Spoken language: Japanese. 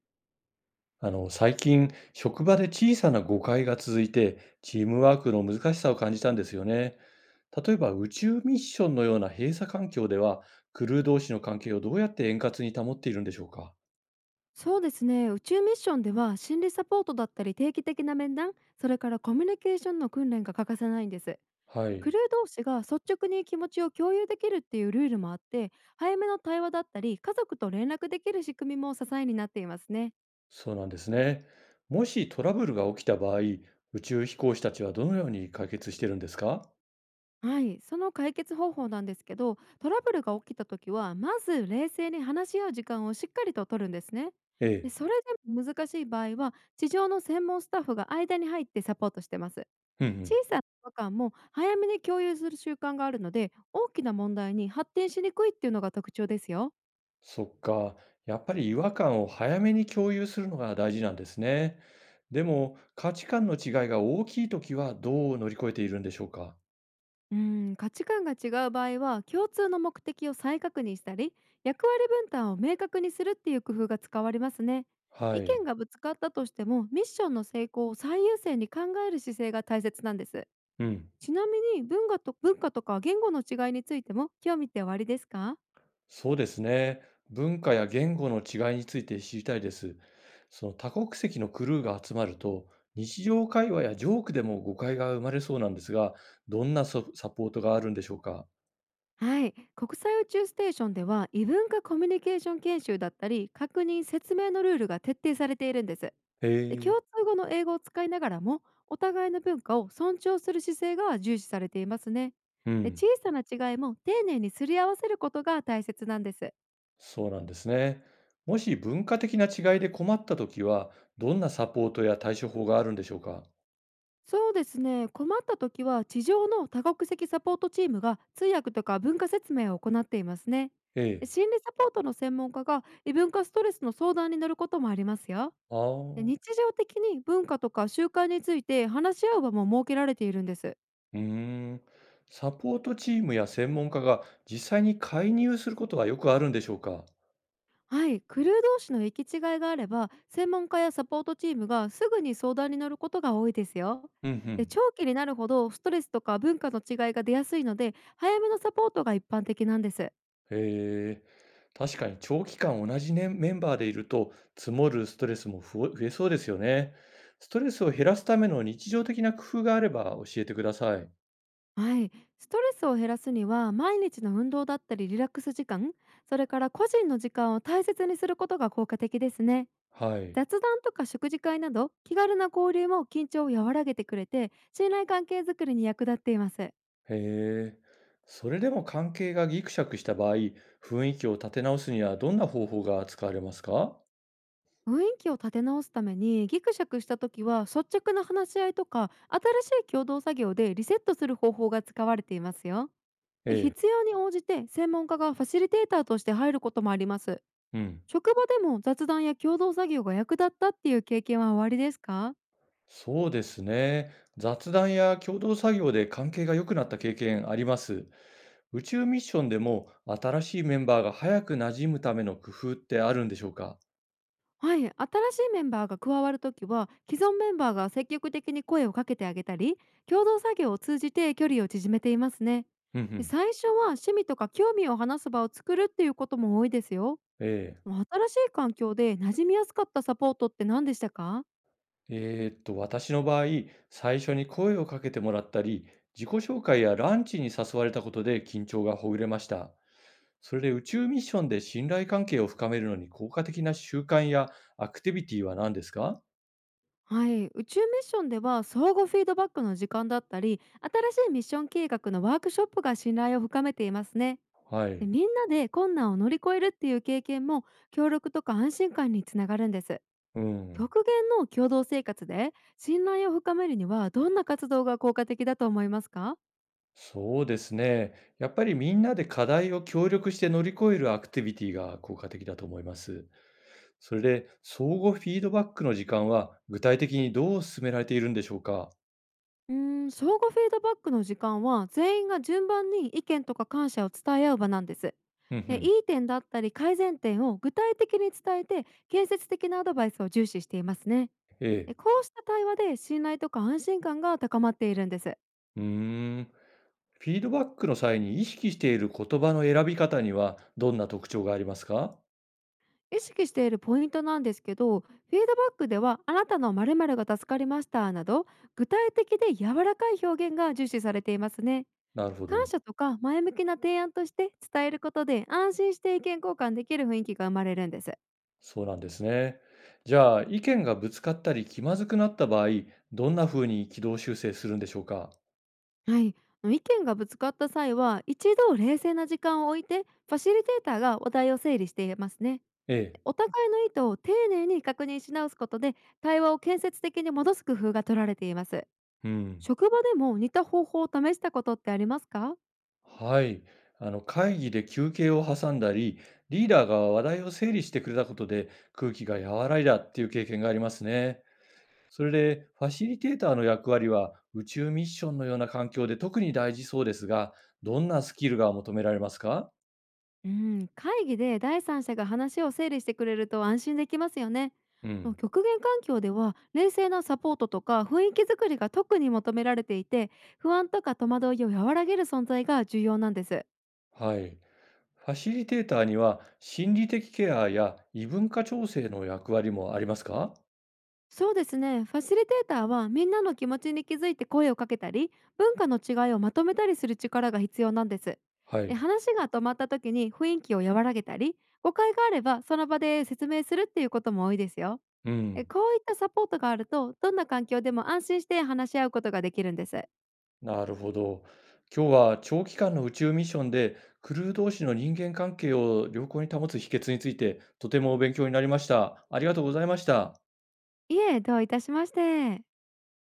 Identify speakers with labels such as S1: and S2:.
S1: 最近、職場で小さな誤解が続いて、チームワークの難しさを感じたんですよね。例えば、宇宙ミッションのような閉鎖環境では、クルー同士の関係をどうやって円滑に保っているんでしょうか？
S2: そうですね。宇宙ミッションでは心理サポートだったり定期的な面談、それからコミュニケーションの訓練が欠かせないんです。
S1: は
S2: ク
S1: い、
S2: ルー同士が率直に気持ちを共有できるっていうルールもあって、早めの対話だったり家族と連絡できる仕組みも支えになっていますね。
S1: そうなんですね。もしトラブルが起きた場合、宇宙飛行士たちはどのように解決してるんですか？
S2: はい、その解決方法なんですけど、トラブルが起きた時はまず冷静に話し合う時間をしっかりと取るんですね。
S1: え
S2: で、
S1: え。
S2: それでも難しい場合は地上の専門スタッフが間に入ってサポートしてます。
S1: うんう
S2: 小
S1: ん。
S2: さな違和感も早めに共有する習慣があるので、大きな問題に発展しにくいっていうのが特徴ですよ。
S1: そっか。やっぱり違和感を早めに共有するのが大事なんですね。でも、価値観の違いが大きいときはどう乗り越えているんでしょうか？
S2: うん、価値観が違う場合は共通の目的を再確認したり、役割分担を明確にするっていう工夫が使われますね。
S1: は
S2: 意
S1: い。
S2: 見がぶつかったとしても、ミッションの成功を最優先に考える姿勢が大切なんです。
S1: うん。
S2: ちなみに文化とか言語の違いについても興味っておありですか？
S1: そうですね。文化や言語の違いについて知りたいです。その多国籍のクルーが集まると、日常会話やジョークでも誤解が生まれそうなんですが、どんなササポートがあるんでしょうか？
S2: はい、国際宇宙ステーションでは異文化コミュニケーション研修だったり確認説明のルールが徹底されているんです。
S1: へ
S2: で、共
S1: え。
S2: 通語の英語を使いながらも、お互いの文化を尊重する姿勢が重視されていますね。
S1: う
S2: で、
S1: ん。
S2: 小さな違いも丁寧にすり合わせることが大切なんです。
S1: そうなんですね。もし文化的な違いで困ったときは、どんなサポートや対処法があるんでしょうか？
S2: そうですね、困った時は地上の多国籍サポートチームが通訳とか文化説明を行っていますね。
S1: え
S2: で、
S1: え。
S2: 心理サポートの専門家が異文化ストレスの相談に乗ることもありますよ。
S1: あ
S2: で、日
S1: あ、
S2: 常的に文化とか習慣について話し合う場も設けられているんです。
S1: うーん。サポートチームや専門家が実際に介入することはよくあるんでしょうか？
S2: はい、クルー同士の行き違いがあれば専門家やサポートチームがすぐに相談に乗ることが多いですよ。
S1: うんう
S2: で、
S1: ん。
S2: 長期になるほどストレスとか文化の違いが出やすいので、早めのサポートが一般的なんです。
S1: へえ。確かに長期間同じね、メンバーでいると積もるストレスもふ増えそうですよね。ストレスを減らすための日常的な工夫があれば教えてください。
S2: はい、ストレスを減らすには毎日の運動だったりリラックス時間、それから個人の時間を大切にすることが効果的ですね。
S1: はい。
S2: 雑談とか食事会など気軽な交流も緊張を和らげてくれて、信頼関係づくりに役立っています。
S1: へえ。それでも関係がギクシャクした場合、雰囲気を立て直すにはどんな方法が使われますか？
S2: 雰囲気を立て直すために、ギクシャクした時は率直な話し合いとか新しい共同作業でリセットする方法が使われていますよ。
S1: ええ。
S2: 必要に応じて専門家がファシリテーターとして入ることもあります。
S1: うん。
S2: 職場でも雑談や共同作業が役立ったっていう経験はおありですか？
S1: そうですね。雑談や共同作業で関係が良くなった経験あります。宇宙ミッションでも新しいメンバーが早く馴染むための工夫ってあるんでしょうか？
S2: はい、新しいメンバーが加わるときは既存メンバーが積極的に声をかけてあげたり、共同作業を通じて距離を縮めていますね。
S1: うんう
S2: で、
S1: ん。
S2: 最初は趣味とか興味を話す場を作るっていうことも多いですよ。
S1: ええ。
S2: 新しい環境で馴染みやすかったサポートって何でしたか？
S1: 私の場合、最初に声をかけてもらったり、自己紹介やランチに誘われたことで緊張がほぐれました。それで宇宙ミッションで信頼関係を深めるのに効果的な習慣やアクティビティは何ですか？
S2: はい、宇宙ミッションでは相互フィードバックの時間だったり、新しいミッション計画のワークショップが信頼を深めていますね。
S1: は
S2: で、
S1: い。
S2: みんなで困難を乗り越えるっていう経験も協力とか安心感につながるんです。
S1: うん。
S2: 極限の共同生活で信頼を深めるには、どんな活動が効果的だと思いますか？
S1: そうですね。やっぱりみんなで課題を協力して乗り越えるアクティビティが効果的だと思います。それで、相互フィードバックの時間は具体的にどう進められているんでしょうか？
S2: うーん、相互フィードバックの時間は全員が順番に意見とか感謝を伝え合う場なんです。
S1: うんう
S2: で、
S1: ん。
S2: いい点だったり改善点を具体的に伝えて、建設的なアドバイスを重視していますね。
S1: え
S2: で、
S1: え。
S2: こうした対話で信頼とか安心感が高まっているんです。
S1: うーん。フィードバックの際に意識している言葉の選び方にはどんな特徴がありますか？
S2: 意識しているポイントなんですけど、フィードバックでは「あなたの〇〇が助かりました」など、具体的で柔らかい表現が重視されていますね。
S1: なるほ
S2: 感
S1: ど。
S2: 謝とか前向きな提案として伝えることで、安心して意見交換できる雰囲気が生まれるんです。
S1: そうなんですね。じゃあ、意見がぶつかったり気まずくなった場合、どんな風に軌道修正するんでしょうか？
S2: はい、意見がぶつかった際は一度冷静な時間を置いて、ファシリテーターが話題を整理していますね。
S1: ええ。
S2: お互いの意図を丁寧に確認し直すことで、対話を建設的に戻す工夫が取られています。
S1: うん。
S2: 職場でも似た方法を試したことってありますか？
S1: はい。会議で休憩を挟んだり、リーダーが話題を整理してくれたことで空気が和らいだっていう経験がありますね。それで、ファシリテーターの役割は宇宙ミッションのような環境で特に大事そうですが、どんなスキルが求められますか？
S2: うん、会議で第三者が話を整理してくれると安心できますよね。
S1: うん。
S2: 極限環境では冷静なサポートとか雰囲気作りが特に求められていて、不安とか戸惑いを和らげる存在が重要なんです。
S1: はい。ファシリテーターには心理的ケアや異文化調整の役割もありますか？
S2: そうですね。ファシリテーターはみんなの気持ちに気づいて声をかけたり、文化の違いをまとめたりする力が必要なんです。
S1: は
S2: で、
S1: い。
S2: 話が止まった時に雰囲気を和らげたり、誤解があればその場で説明するっていうことも多いですよ。
S1: うん。
S2: こういったサポートがあると、どんな環境でも安心して話し合うことができるんです。
S1: なるほど。今日は長期間の宇宙ミッションでクルー同士の人間関係を良好に保つ秘訣についてとても勉強になりました。ありがとうございました。
S2: いえ、どういたしまして。